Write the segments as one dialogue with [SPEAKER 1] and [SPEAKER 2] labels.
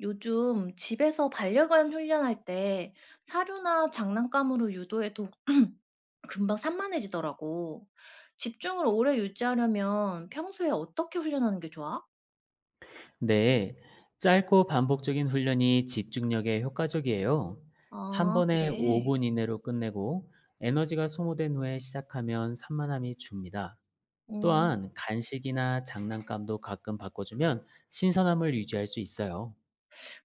[SPEAKER 1] 요즘 집에서 반려견 훈련할 때 사료나 장난감으로 유도해도 금방 산만해지더라고. 집중을 오래 유지하려면 평소에 어떻게 훈련하는 게 좋아?
[SPEAKER 2] 네, 짧고 반복적인 훈련이 집중력에 효과적이에요. 한
[SPEAKER 1] 아,
[SPEAKER 2] 번에
[SPEAKER 1] 그래.
[SPEAKER 2] 5분 이내로 끝내고 에너지가 소모된 후에 시작하면 산만함이 줍니다.
[SPEAKER 1] 음,
[SPEAKER 2] 또한 간식이나 장난감도 가끔 바꿔주면 신선함을 유지할 수 있어요.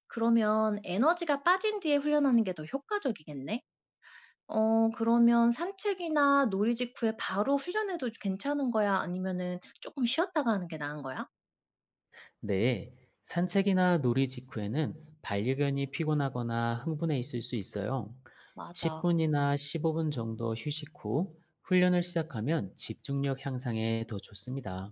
[SPEAKER 1] 그러면 에너지가 빠진 뒤에 훈련하는 게 더 효과적이겠네? 어, 그러면 산책이나 놀이 직후에 바로 훈련해도 괜찮은 거야? 아니면은 조금 쉬었다가 하는 게 나은 거야?
[SPEAKER 2] 네, 산책이나 놀이 직후에는 반려견이 피곤하거나 흥분해 있을 수 있어요.
[SPEAKER 1] 맞아.
[SPEAKER 2] 10분이나 15분 정도 휴식 후 훈련을 시작하면 집중력 향상에 더 좋습니다.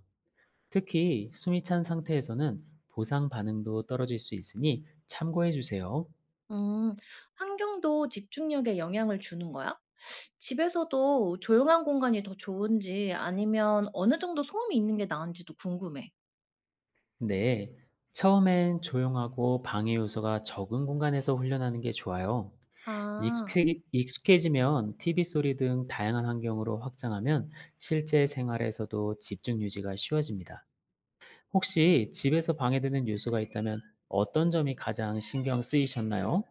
[SPEAKER 2] 특히 숨이 찬 상태에서는 보상 반응도 떨어질 수 있으니 참고해 주세요.
[SPEAKER 1] 음, 환경도 집중력에 영향을 주는 거야? 집에서도 조용한 공간이 더 좋은지 아니면 어느 정도 소음이 있는 게 나은지도 궁금해.
[SPEAKER 2] 네. 처음엔 조용하고 방해 요소가 적은 공간에서 훈련하는 게 좋아요.
[SPEAKER 1] 아.
[SPEAKER 2] 익숙해지면 TV 소리 등 다양한 환경으로 확장하면 실제 생활에서도 집중 유지가 쉬워집니다. 혹시 집에서 방해되는 요소가 있다면 어떤 점이 가장 신경 쓰이셨나요?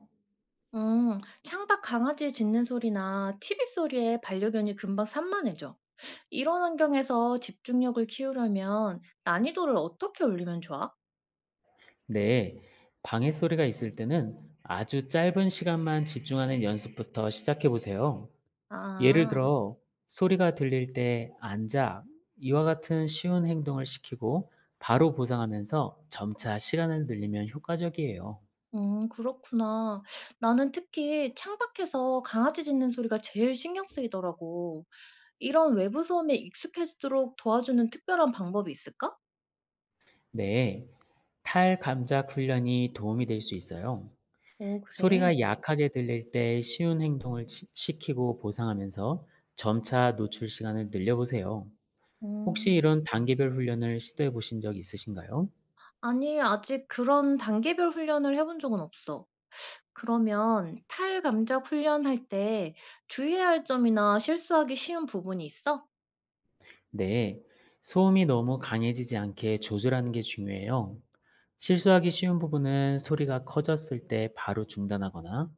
[SPEAKER 1] 음. 창밖 강아지 짖는 소리나 TV 소리에 반려견이 금방 산만해져. 이런 환경에서 집중력을 키우려면 난이도를 어떻게 올리면 좋아?
[SPEAKER 2] 네, 방해 소리가 있을 때는 아주 짧은 시간만 집중하는 연습부터 시작해 보세요. 예를
[SPEAKER 1] 아.
[SPEAKER 2] 들어, 소리가 들릴 때 앉아, 이와 같은 쉬운 행동을 시키고 바로 보상하면서 점차 시간을 늘리면 효과적이에요.
[SPEAKER 1] 그렇구나. 나는 특히 창밖에서 강아지 짖는 소리가 제일 신경 쓰이더라고. 이런 외부 소음에 익숙해지도록 도와주는 특별한 방법이 있을까?
[SPEAKER 2] 네, 탈감작 훈련이 도움이 될 수 있어요.
[SPEAKER 1] 오,
[SPEAKER 2] 소리가
[SPEAKER 1] 그래.
[SPEAKER 2] 약하게 들릴 때 쉬운 행동을 시키고 보상하면서 점차 노출 시간을 늘려보세요.
[SPEAKER 1] 어.
[SPEAKER 2] 혹시 이런 단계별 훈련을 시도해 보신 적 있으신가요?
[SPEAKER 1] 아니 아직 그런 단계별 훈련을 해본 적은 없어. 그러면 탈감작 훈련할 때 주의해야 할 점이나 실수하기 쉬운 부분이 있어?
[SPEAKER 2] 네. 소음이 너무 강해지지 않게 조절하는 게 중요해요. 실수하기 쉬운 부분은 소리가 커졌을 때 바로 중단하거나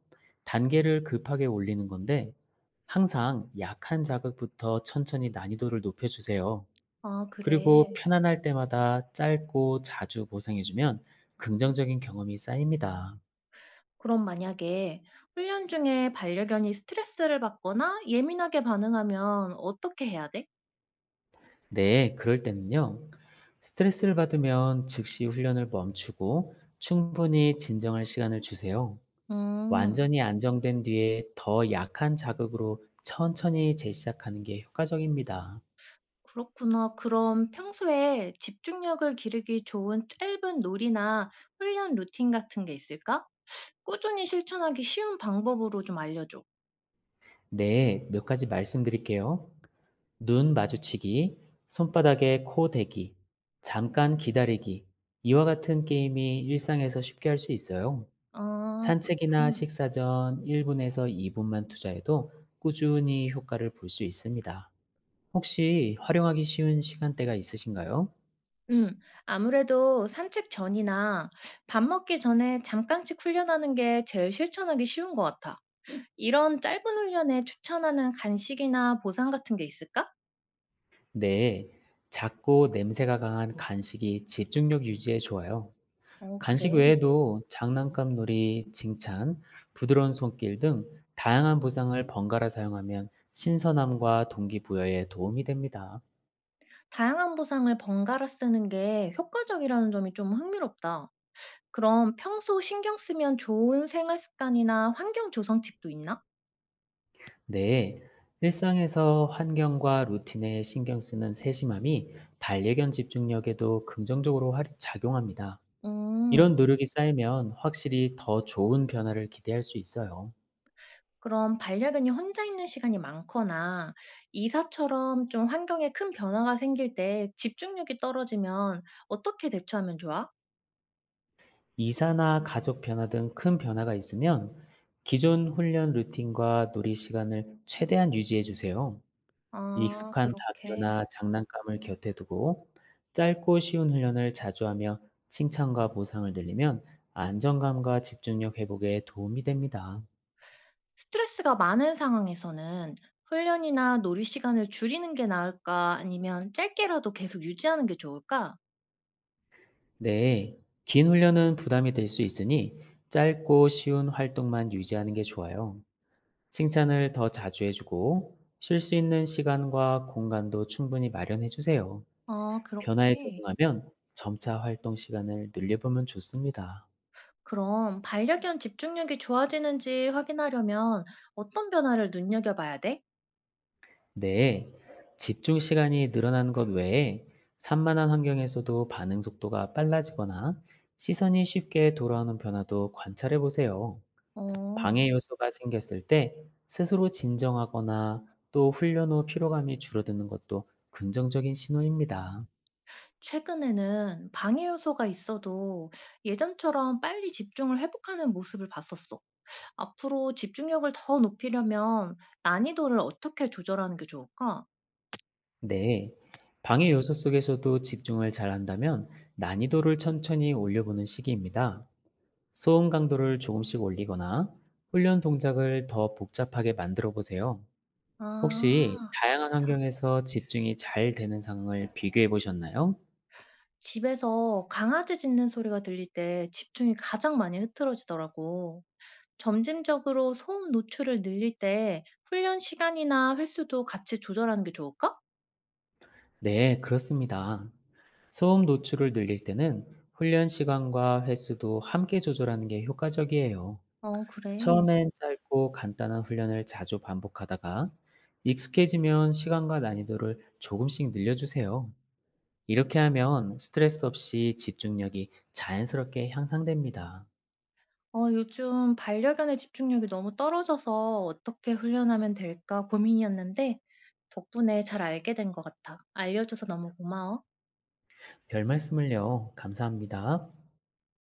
[SPEAKER 2] 단계를 급하게 올리는 건데 항상 약한 자극부터 천천히 난이도를 높여주세요.
[SPEAKER 1] 아
[SPEAKER 2] 그리고
[SPEAKER 1] 그래.
[SPEAKER 2] 편안할 때마다 짧고 자주 보상해주면 긍정적인 경험이 쌓입니다.
[SPEAKER 1] 그럼 만약에 훈련 중에 반려견이 스트레스를 받거나 예민하게 반응하면 어떻게 해야 돼?
[SPEAKER 2] 네, 그럴 때는요. 스트레스를 받으면 즉시 훈련을 멈추고 충분히 진정할 시간을 주세요.
[SPEAKER 1] 음.
[SPEAKER 2] 완전히 안정된 뒤에 더 약한 자극으로 천천히 재시작하는 게 효과적입니다.
[SPEAKER 1] 그렇구나. 그럼 평소에 집중력을 기르기 좋은 짧은 놀이나 훈련 루틴 같은 게 있을까? 꾸준히 실천하기 쉬운 방법으로 좀 알려줘.
[SPEAKER 2] 네, 몇 가지 말씀드릴게요. 눈 마주치기, 손바닥에 코 대기, 잠깐 기다리기. 이와 같은 게임이 일상에서 쉽게 할 수 있어요.
[SPEAKER 1] 아
[SPEAKER 2] 산책이나
[SPEAKER 1] 그렇군.
[SPEAKER 2] 식사 전 1분에서 2분만 투자해도 꾸준히 효과를 볼 수 있습니다. 혹시 활용하기 쉬운 시간대가 있으신가요?
[SPEAKER 1] 음. 아무래도 산책 전이나 밥 먹기 전에 잠깐씩 훈련하는 게 제일 실천하기 쉬운 것 같아. 이런 짧은 훈련에 추천하는 간식이나 보상 같은 게 있을까?
[SPEAKER 2] 네. 작고 냄새가 강한 간식이 집중력 유지에 좋아요.
[SPEAKER 1] 어,
[SPEAKER 2] 간식
[SPEAKER 1] 그래.
[SPEAKER 2] 외에도 장난감 놀이, 칭찬, 부드러운 손길 등 다양한 보상을 번갈아 사용하면 신선함과 동기부여에 도움이 됩니다.
[SPEAKER 1] 다양한 보상을 번갈아 쓰는 게 효과적이라는 점이 좀 흥미롭다. 그럼 평소 신경 쓰면 좋은 생활 습관이나 환경 조성 팁도 있나?
[SPEAKER 2] 네, 일상에서 환경과 루틴에 신경 쓰는 세심함이 반려견 집중력에도 긍정적으로 작용합니다.
[SPEAKER 1] 음.
[SPEAKER 2] 이런 노력이 쌓이면 확실히 더 좋은 변화를 기대할 수 있어요.
[SPEAKER 1] 그럼 반려견이 혼자 있는 시간이 많거나 이사처럼 좀 환경에 큰 변화가 생길 때 집중력이 떨어지면 어떻게 대처하면 좋아?
[SPEAKER 2] 이사나 가족 변화 등 큰 변화가 있으면 기존 훈련 루틴과 놀이 시간을 최대한 유지해 주세요.
[SPEAKER 1] 아,
[SPEAKER 2] 익숙한
[SPEAKER 1] 그렇게.
[SPEAKER 2] 담요나 장난감을 곁에 두고 짧고 쉬운 훈련을 자주 하며 칭찬과 보상을 늘리면 안정감과 집중력 회복에 도움이 됩니다.
[SPEAKER 1] 스트레스가 많은 상황에서는 훈련이나 놀이 시간을 줄이는 게 나을까? 아니면 짧게라도 계속 유지하는 게 좋을까?
[SPEAKER 2] 네, 긴 훈련은 부담이 될 수 있으니 짧고 쉬운 활동만 유지하는 게 좋아요. 칭찬을 더 자주 해주고 쉴 수 있는 시간과 공간도 충분히 마련해 주세요.
[SPEAKER 1] 아,
[SPEAKER 2] 변화에
[SPEAKER 1] 그렇게.
[SPEAKER 2] 적응하면 점차 활동 시간을 늘려보면 좋습니다.
[SPEAKER 1] 그럼 반려견 집중력이 좋아지는지 확인하려면 어떤 변화를 눈여겨봐야 돼?
[SPEAKER 2] 네, 집중 시간이 늘어나는 것 외에 산만한 환경에서도 반응 속도가 빨라지거나 시선이 쉽게 돌아오는 변화도 관찰해 보세요.
[SPEAKER 1] 어.
[SPEAKER 2] 방해 요소가 생겼을 때 스스로 진정하거나 또 훈련 후 피로감이 줄어드는 것도 긍정적인 신호입니다.
[SPEAKER 1] 최근에는 방해 요소가 있어도 예전처럼 빨리 집중을 회복하는 모습을 봤었어. 앞으로 집중력을 더 높이려면 난이도를 어떻게 조절하는 게 좋을까?
[SPEAKER 2] 네, 방해 요소 속에서도 집중을 잘한다면 난이도를 천천히 올려보는 시기입니다. 소음 강도를 조금씩 올리거나 훈련 동작을 더 복잡하게 만들어 보세요. 혹시
[SPEAKER 1] 아,
[SPEAKER 2] 다양한
[SPEAKER 1] 좋다.
[SPEAKER 2] 환경에서 집중이 잘 되는 상황을 비교해 보셨나요?
[SPEAKER 1] 집에서 강아지 짖는 소리가 들릴 때 집중이 가장 많이 흐트러지더라고. 점진적으로 소음 노출을 늘릴 때 훈련 시간이나 횟수도 같이 조절하는 게 좋을까?
[SPEAKER 2] 네, 그렇습니다. 소음 노출을 늘릴 때는 훈련 시간과 횟수도 함께 조절하는 게 효과적이에요.
[SPEAKER 1] 어, 그래.
[SPEAKER 2] 처음엔 짧고 간단한 훈련을 자주 반복하다가 익숙해지면 시간과 난이도를 조금씩 늘려주세요. 이렇게 하면 스트레스 없이 집중력이 자연스럽게 향상됩니다.
[SPEAKER 1] 어, 요즘 반려견의 집중력이 너무 떨어져서 어떻게 훈련하면 될까 고민이었는데 덕분에 잘 알게 된 것 같아. 알려줘서 너무 고마워.
[SPEAKER 2] 별 말씀을요. 감사합니다.